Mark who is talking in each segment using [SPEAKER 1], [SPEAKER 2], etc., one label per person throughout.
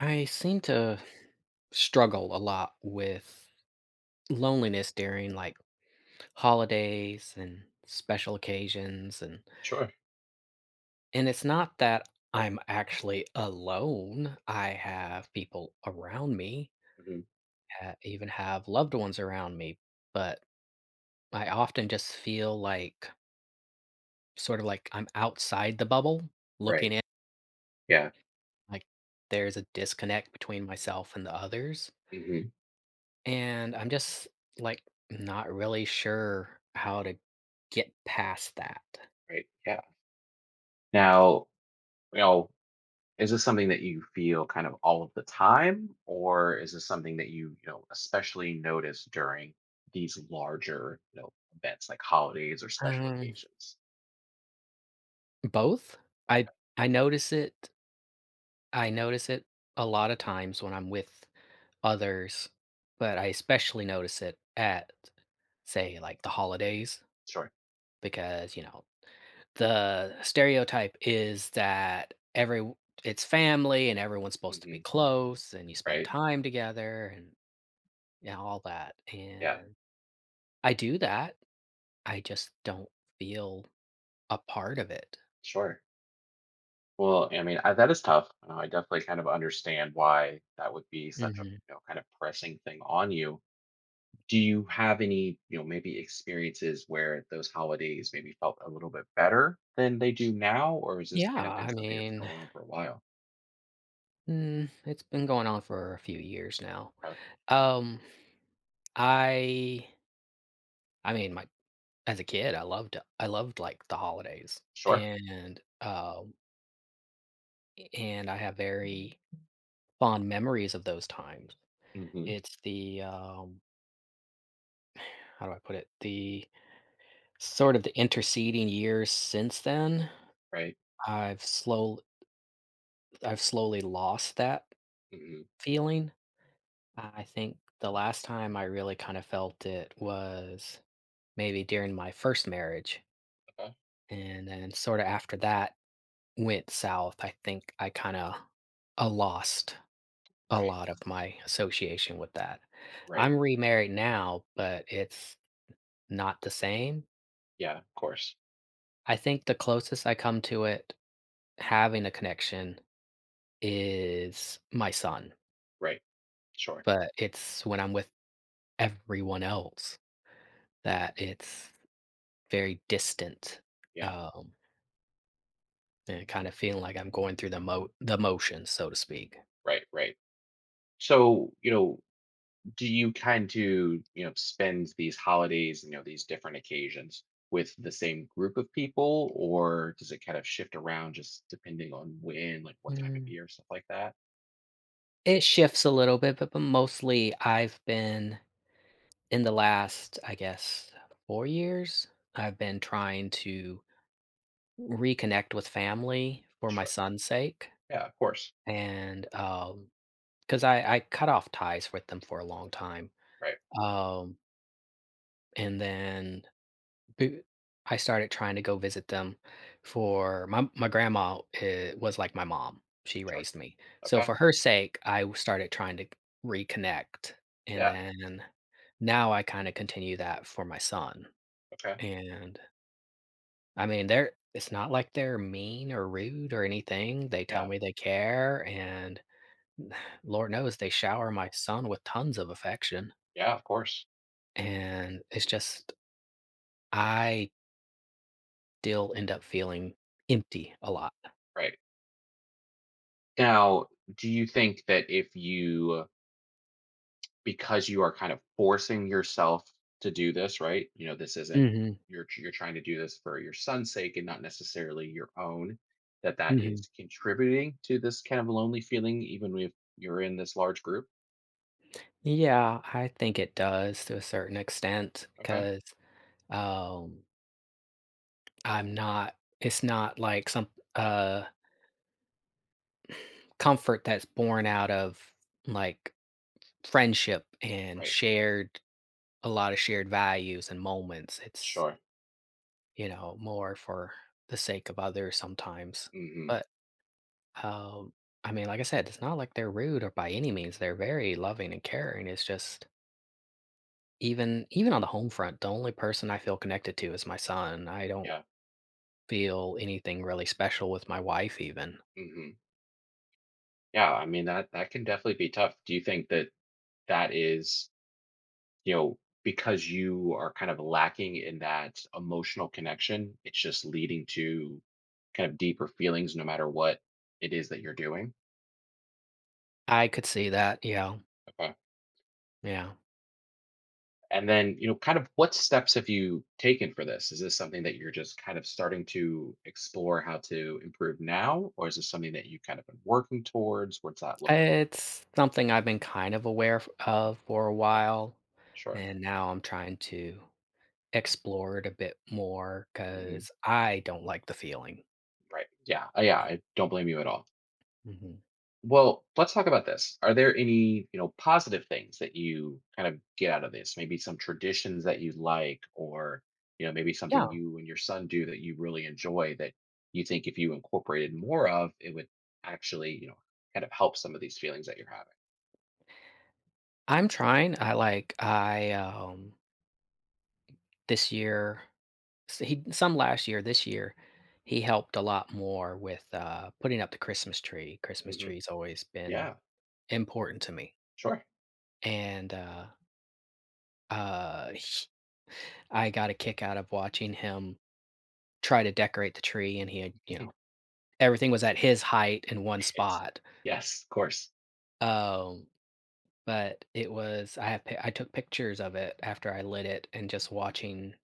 [SPEAKER 1] I seem to struggle a lot with loneliness during like holidays and special occasions and
[SPEAKER 2] Sure.
[SPEAKER 1] and it's not that I'm actually alone. I have people around me,
[SPEAKER 2] Hmm.
[SPEAKER 1] even have loved ones around me, but I often just feel like sort of like I'm outside the bubble
[SPEAKER 2] Right.
[SPEAKER 1] looking in
[SPEAKER 2] Yeah.
[SPEAKER 1] like there's a disconnect between myself and the others.
[SPEAKER 2] Hmm.
[SPEAKER 1] And I'm just, like, not really sure how to get past that.
[SPEAKER 2] Right. Yeah. Now, you know, is this something that you feel kind of all of the time, or is this something that you, especially notice during these larger, events like holidays or special
[SPEAKER 1] Um,
[SPEAKER 2] occasions?
[SPEAKER 1] Both. I I notice it I notice it a lot of times when I'm with others, but I especially notice it at, say, like, the holidays
[SPEAKER 2] Sure.
[SPEAKER 1] because, you know, the stereotype is that every it's family and everyone's supposed to be
[SPEAKER 2] Hmm.
[SPEAKER 1] close and you spend
[SPEAKER 2] Right.
[SPEAKER 1] time together and, you know, all that,
[SPEAKER 2] Yeah.
[SPEAKER 1] and I do that. I just don't feel a part of it.
[SPEAKER 2] Sure. Well, I mean, that is tough. I definitely kind of understand why that would be such a,
[SPEAKER 1] Mhm.
[SPEAKER 2] kind of pressing thing on you. Do you have any maybe experiences where those holidays maybe felt a little bit better than they do now, or has this
[SPEAKER 1] Yeah,
[SPEAKER 2] kind of been
[SPEAKER 1] I
[SPEAKER 2] something that's
[SPEAKER 1] mean,
[SPEAKER 2] going on for a while?
[SPEAKER 1] it's been going on for a few years now.
[SPEAKER 2] Okay.
[SPEAKER 1] Um, I I mean, my as a kid, I loved, like, the holidays,
[SPEAKER 2] Sure.
[SPEAKER 1] and I have very fond memories of those times.
[SPEAKER 2] Hmm.
[SPEAKER 1] It's the, how do I put it? The sort of the interceding years since then,
[SPEAKER 2] Right.
[SPEAKER 1] I've slow I've slowly lost that
[SPEAKER 2] Hmm.
[SPEAKER 1] feeling. I think the last time I really kind of felt it was maybe during my first marriage.
[SPEAKER 2] Okay.
[SPEAKER 1] And then sort of after that went south, I think I kind of lost a
[SPEAKER 2] Right.
[SPEAKER 1] lot of my association with that.
[SPEAKER 2] Right.
[SPEAKER 1] I'm remarried now, but it's not the same.
[SPEAKER 2] Yeah, of course.
[SPEAKER 1] I think the closest I come to it having a connection is my son,
[SPEAKER 2] Right. Sure.
[SPEAKER 1] but it's when I'm with everyone else that it's very distant,
[SPEAKER 2] Yeah.
[SPEAKER 1] um, and kind of feeling like I'm going through the mo the motions, so to speak.
[SPEAKER 2] Right. Right. So do you kind to spend these holidays, these different occasions with the same group of people, or does it kind of shift around just depending on when, like what time of
[SPEAKER 1] Mm,
[SPEAKER 2] year, stuff like that?
[SPEAKER 1] it shifts a little bit, but mostly I've been in the last, I guess, 4 years, I've been trying to reconnect with family for my
[SPEAKER 2] Sure.
[SPEAKER 1] son's sake,
[SPEAKER 2] Yeah, of course.
[SPEAKER 1] and, because I cut off ties with them for a long time,
[SPEAKER 2] Right.
[SPEAKER 1] um, and then b- I started trying to go visit them for my grandma was like my mom. She
[SPEAKER 2] Sure.
[SPEAKER 1] raised me. So
[SPEAKER 2] Okay.
[SPEAKER 1] for her sake, started trying to reconnect and
[SPEAKER 2] Yeah.
[SPEAKER 1] then now I kind of continue that for my son.
[SPEAKER 2] Okay.
[SPEAKER 1] And I mean, they're it's not like they're mean or rude or anything. They tell
[SPEAKER 2] Yeah.
[SPEAKER 1] me they care and Lord knows they shower my son with tons of affection
[SPEAKER 2] Yeah, of course.
[SPEAKER 1] and it's just I still end up feeling empty a lot.
[SPEAKER 2] Right. Now, do you think that if you, because you are kind of forcing yourself to do this, right? This isn't,
[SPEAKER 1] Mhm,
[SPEAKER 2] you're trying to do this for your son's sake and not necessarily your own, that that
[SPEAKER 1] mhm.
[SPEAKER 2] is contributing to this kind of lonely feeling even if you're in this large group?
[SPEAKER 1] Yeah, I think it does to a certain extent,
[SPEAKER 2] Okay.
[SPEAKER 1] because um, I'm not it's not like some, comfort that's born out of, like, friendship and
[SPEAKER 2] Right.
[SPEAKER 1] shared a lot of shared values and moments. It's,
[SPEAKER 2] Sure.
[SPEAKER 1] you know, more for the sake of others sometimes.
[SPEAKER 2] Mhm.
[SPEAKER 1] But, um, I mean, like I said, it's not like they're rude or by any means, they're very loving and caring. It's just even on the home front, the only person I feel connected to is my son. I don't
[SPEAKER 2] Yeah.
[SPEAKER 1] feel anything really special with my wife even.
[SPEAKER 2] Mhm. Yeah, I mean, that can definitely be tough. Do you think that that is, you know, because you are kind of lacking in that emotional connection, it's just leading to kind of deeper feelings no matter what it is that you're doing.
[SPEAKER 1] I could see that, yeah.
[SPEAKER 2] Okay.
[SPEAKER 1] Yeah.
[SPEAKER 2] And then, kind of what steps have you taken for this? Is this something that you're just kind of starting to explore how to improve now, or is this something that you kind of been working towards? What's that look
[SPEAKER 1] It's something I've been kind of aware f of for a
[SPEAKER 2] like?
[SPEAKER 1] while,
[SPEAKER 2] Sure.
[SPEAKER 1] and now I'm trying to explore it a bit more
[SPEAKER 2] Hmm.
[SPEAKER 1] because I don't like the feeling.
[SPEAKER 2] Right. Yeah. Yeah.
[SPEAKER 1] Eh.
[SPEAKER 2] I don't blame you at all.
[SPEAKER 1] Mhm.
[SPEAKER 2] Well, let's talk about this. Are there any, positive things that you kind of get out of this? Maybe some traditions that you like, or maybe
[SPEAKER 1] Yeah,
[SPEAKER 2] something you and your son do that you really enjoy that you think if you incorporated more of, it would actually, kind of help some of these feelings that you're having.
[SPEAKER 1] I'm trying. This year. So he some last year, this year, he helped a lot more with, putting up the Christmas tree. Christmas
[SPEAKER 2] Hmm.
[SPEAKER 1] tree's always been
[SPEAKER 2] Yeah,
[SPEAKER 1] important to me,
[SPEAKER 2] sure.
[SPEAKER 1] and, h I got a kick out of watching him try to decorate the tree, and he had, you know, everything was at his height in one
[SPEAKER 2] it's
[SPEAKER 1] spot.
[SPEAKER 2] Yes, of course.
[SPEAKER 1] Um, but it was I have pi I took pictures of it after I lit it and just watching,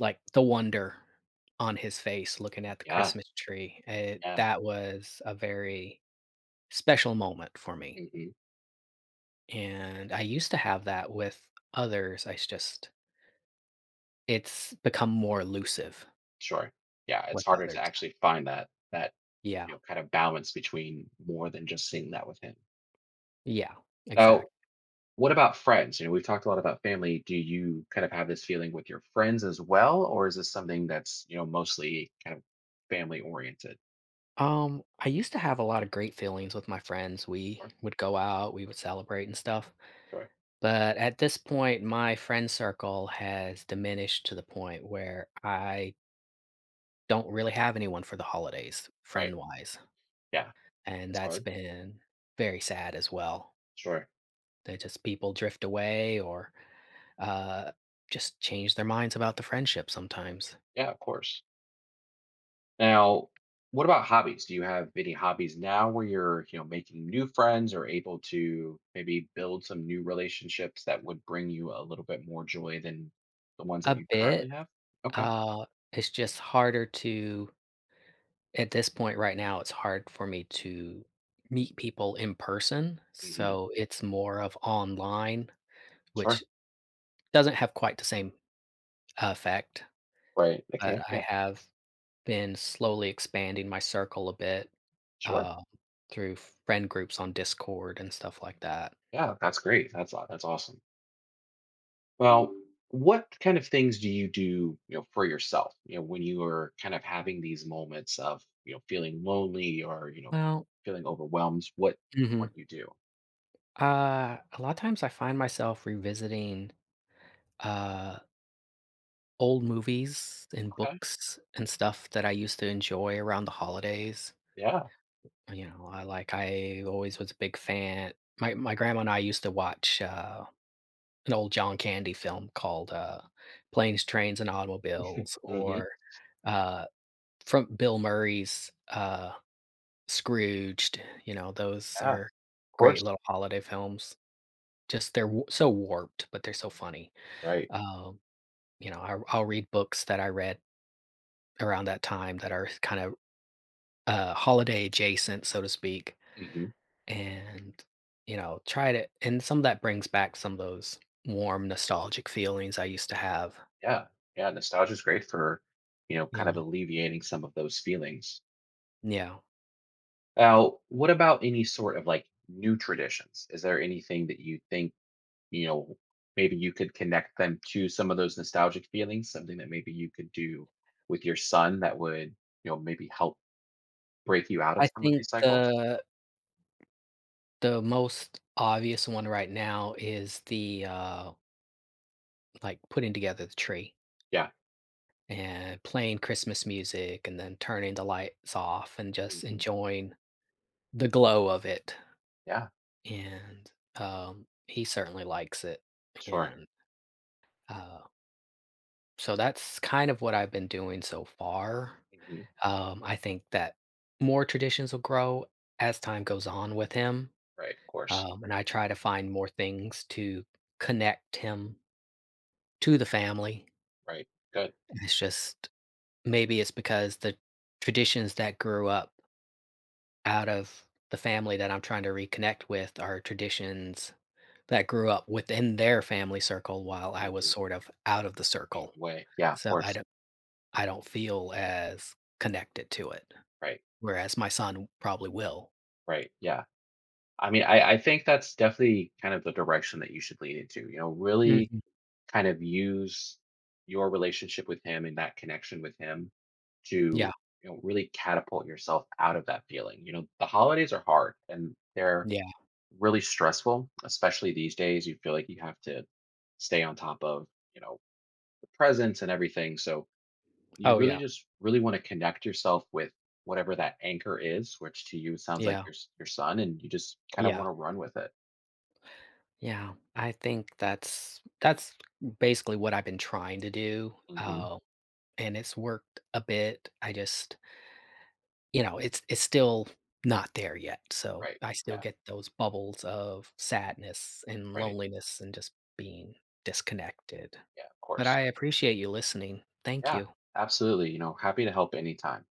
[SPEAKER 1] like, the wonder on his face looking at the
[SPEAKER 2] Yeah,
[SPEAKER 1] Christmas tree. It
[SPEAKER 2] yeah.
[SPEAKER 1] that was a very special moment for me.
[SPEAKER 2] Hmm.
[SPEAKER 1] And I used to have that with others. Just it's become more elusive
[SPEAKER 2] Sure. Yeah, it's
[SPEAKER 1] with
[SPEAKER 2] harder to
[SPEAKER 1] others.
[SPEAKER 2] actually find that
[SPEAKER 1] Yeah.
[SPEAKER 2] kind of balance between more than just seeing that with him.
[SPEAKER 1] Yeah.
[SPEAKER 2] Now,
[SPEAKER 1] Exact.
[SPEAKER 2] what about friends? We've talked a lot about family. Do you kind of have this feeling with your friends as well, or is this something that's, mostly kind of family oriented?
[SPEAKER 1] I used to have a lot of great feelings with my friends. We
[SPEAKER 2] Sure,
[SPEAKER 1] would go out, we would celebrate and stuff.
[SPEAKER 2] sure.
[SPEAKER 1] But at this point, my friend circle has diminished to the point where I don't really have anyone for the holidays,
[SPEAKER 2] Right.
[SPEAKER 1] friend wise.
[SPEAKER 2] Yeah,
[SPEAKER 1] And
[SPEAKER 2] it's
[SPEAKER 1] that's
[SPEAKER 2] hard.
[SPEAKER 1] been very sad as well.
[SPEAKER 2] Sure.
[SPEAKER 1] They just people drift away or, uh, just change their minds about the friendship sometimes.
[SPEAKER 2] Yeah, of course. Now, what about hobbies? Do you have any hobbies now where you're, making new friends or able to maybe build some new relationships that would bring you a little bit more joy than the ones that
[SPEAKER 1] A
[SPEAKER 2] you currently
[SPEAKER 1] bit,
[SPEAKER 2] have? Okay.
[SPEAKER 1] uh, it's just harder to at this point right now, it's hard for me to meet people in person,
[SPEAKER 2] Hmm.
[SPEAKER 1] so it's more of online,
[SPEAKER 2] Sure.
[SPEAKER 1] which doesn't have quite the same effect,
[SPEAKER 2] Right.
[SPEAKER 1] but
[SPEAKER 2] Okay.
[SPEAKER 1] I
[SPEAKER 2] Yeah.
[SPEAKER 1] have been slowly expanding my circle a bit,
[SPEAKER 2] Sure.
[SPEAKER 1] uh, through friend groups on Discord and stuff like that.
[SPEAKER 2] Yeah, that's great. That's awesome. Well, what kind of things do you do, for yourself? When you are kind of having these moments of, feeling lonely, or,
[SPEAKER 1] Well,
[SPEAKER 2] feeling overwhelmed, what
[SPEAKER 1] mhm.
[SPEAKER 2] do you do?
[SPEAKER 1] A lot of times I find myself revisiting uh old movies and
[SPEAKER 2] Okay.
[SPEAKER 1] books and stuff that I used to enjoy around the holidays.
[SPEAKER 2] Yeah.
[SPEAKER 1] You know, I always was a big fan. My grandma and I used to watch an old John Candy film called Planes, Trains and Automobiles
[SPEAKER 2] Hmm.
[SPEAKER 1] or uh from Bill Murray's Scrooged, you know, those
[SPEAKER 2] Yeah. Of
[SPEAKER 1] are great
[SPEAKER 2] course.
[SPEAKER 1] little holiday films. Just they're so warped, but they're so funny.
[SPEAKER 2] Right.
[SPEAKER 1] Um, you know, I'll read books that I read around that time that are kind of holiday adjacent, so to speak,
[SPEAKER 2] Hmm.
[SPEAKER 1] and you know, try to. And some of that brings back some of those warm, nostalgic feelings I used to have.
[SPEAKER 2] Yeah. Yeah. Nostalgia is great for, kind of
[SPEAKER 1] Yeah,
[SPEAKER 2] alleviating some of those feelings.
[SPEAKER 1] yeah.
[SPEAKER 2] Now, what about any sort of like new traditions? Is there anything that you think, you know, maybe you could connect them to some of those nostalgic feelings, something that maybe you could do with your son that would, maybe help break you out of
[SPEAKER 1] I
[SPEAKER 2] some of
[SPEAKER 1] think
[SPEAKER 2] these cycles.
[SPEAKER 1] the most obvious one right now is the like putting together the tree
[SPEAKER 2] Yeah.
[SPEAKER 1] and playing Christmas music, and then turning the lights off and just
[SPEAKER 2] Hmm.
[SPEAKER 1] enjoying the glow of it.
[SPEAKER 2] Yeah.
[SPEAKER 1] And, he certainly likes it,
[SPEAKER 2] Sure.
[SPEAKER 1] and, uh, so that's kind of what I've been doing so far.
[SPEAKER 2] Hmm.
[SPEAKER 1] I think that more traditions will grow as time goes on with him,
[SPEAKER 2] Right. Of course.
[SPEAKER 1] and I try to find more things to connect him to the family.
[SPEAKER 2] Right. Good.
[SPEAKER 1] It's just maybe it's because the traditions that grew up out of the family that I'm trying to reconnect with are traditions that grew up within their family circle while I was
[SPEAKER 2] Hmm.
[SPEAKER 1] sort of out of the circle.
[SPEAKER 2] Way. Yeah. Of
[SPEAKER 1] So
[SPEAKER 2] course.
[SPEAKER 1] I don't feel as connected to it,
[SPEAKER 2] Right.
[SPEAKER 1] whereas my son probably will.
[SPEAKER 2] Right. Yeah. I mean, I think that's definitely kind of the direction that you should lean into, really
[SPEAKER 1] Mhm.
[SPEAKER 2] kind of use your relationship with him and that connection with him
[SPEAKER 1] Yeah,
[SPEAKER 2] to really catapult yourself out of that feeling. The holidays are hard, and they're
[SPEAKER 1] yeah.
[SPEAKER 2] really stressful, especially these days. You feel like you have to stay on top of you know the presents and everything, so you
[SPEAKER 1] Oh,
[SPEAKER 2] really
[SPEAKER 1] yeah.
[SPEAKER 2] just really want to connect yourself with whatever that anchor is, which to you sounds like
[SPEAKER 1] Yeah,
[SPEAKER 2] your son, and you just kind of want
[SPEAKER 1] yeah,
[SPEAKER 2] to run with it.
[SPEAKER 1] yeah. I think that's basically what I've been trying to do,
[SPEAKER 2] Hmm.
[SPEAKER 1] and it's worked a bit. I just you know, it's still not there yet, so
[SPEAKER 2] Right.
[SPEAKER 1] I still
[SPEAKER 2] Yeah.
[SPEAKER 1] get those bubbles of sadness and
[SPEAKER 2] Right.
[SPEAKER 1] loneliness and just being disconnected.
[SPEAKER 2] Yeah, of
[SPEAKER 1] But
[SPEAKER 2] course.
[SPEAKER 1] I appreciate you listening. Thank
[SPEAKER 2] Yeah,
[SPEAKER 1] you.
[SPEAKER 2] absolutely. Happy to help anytime.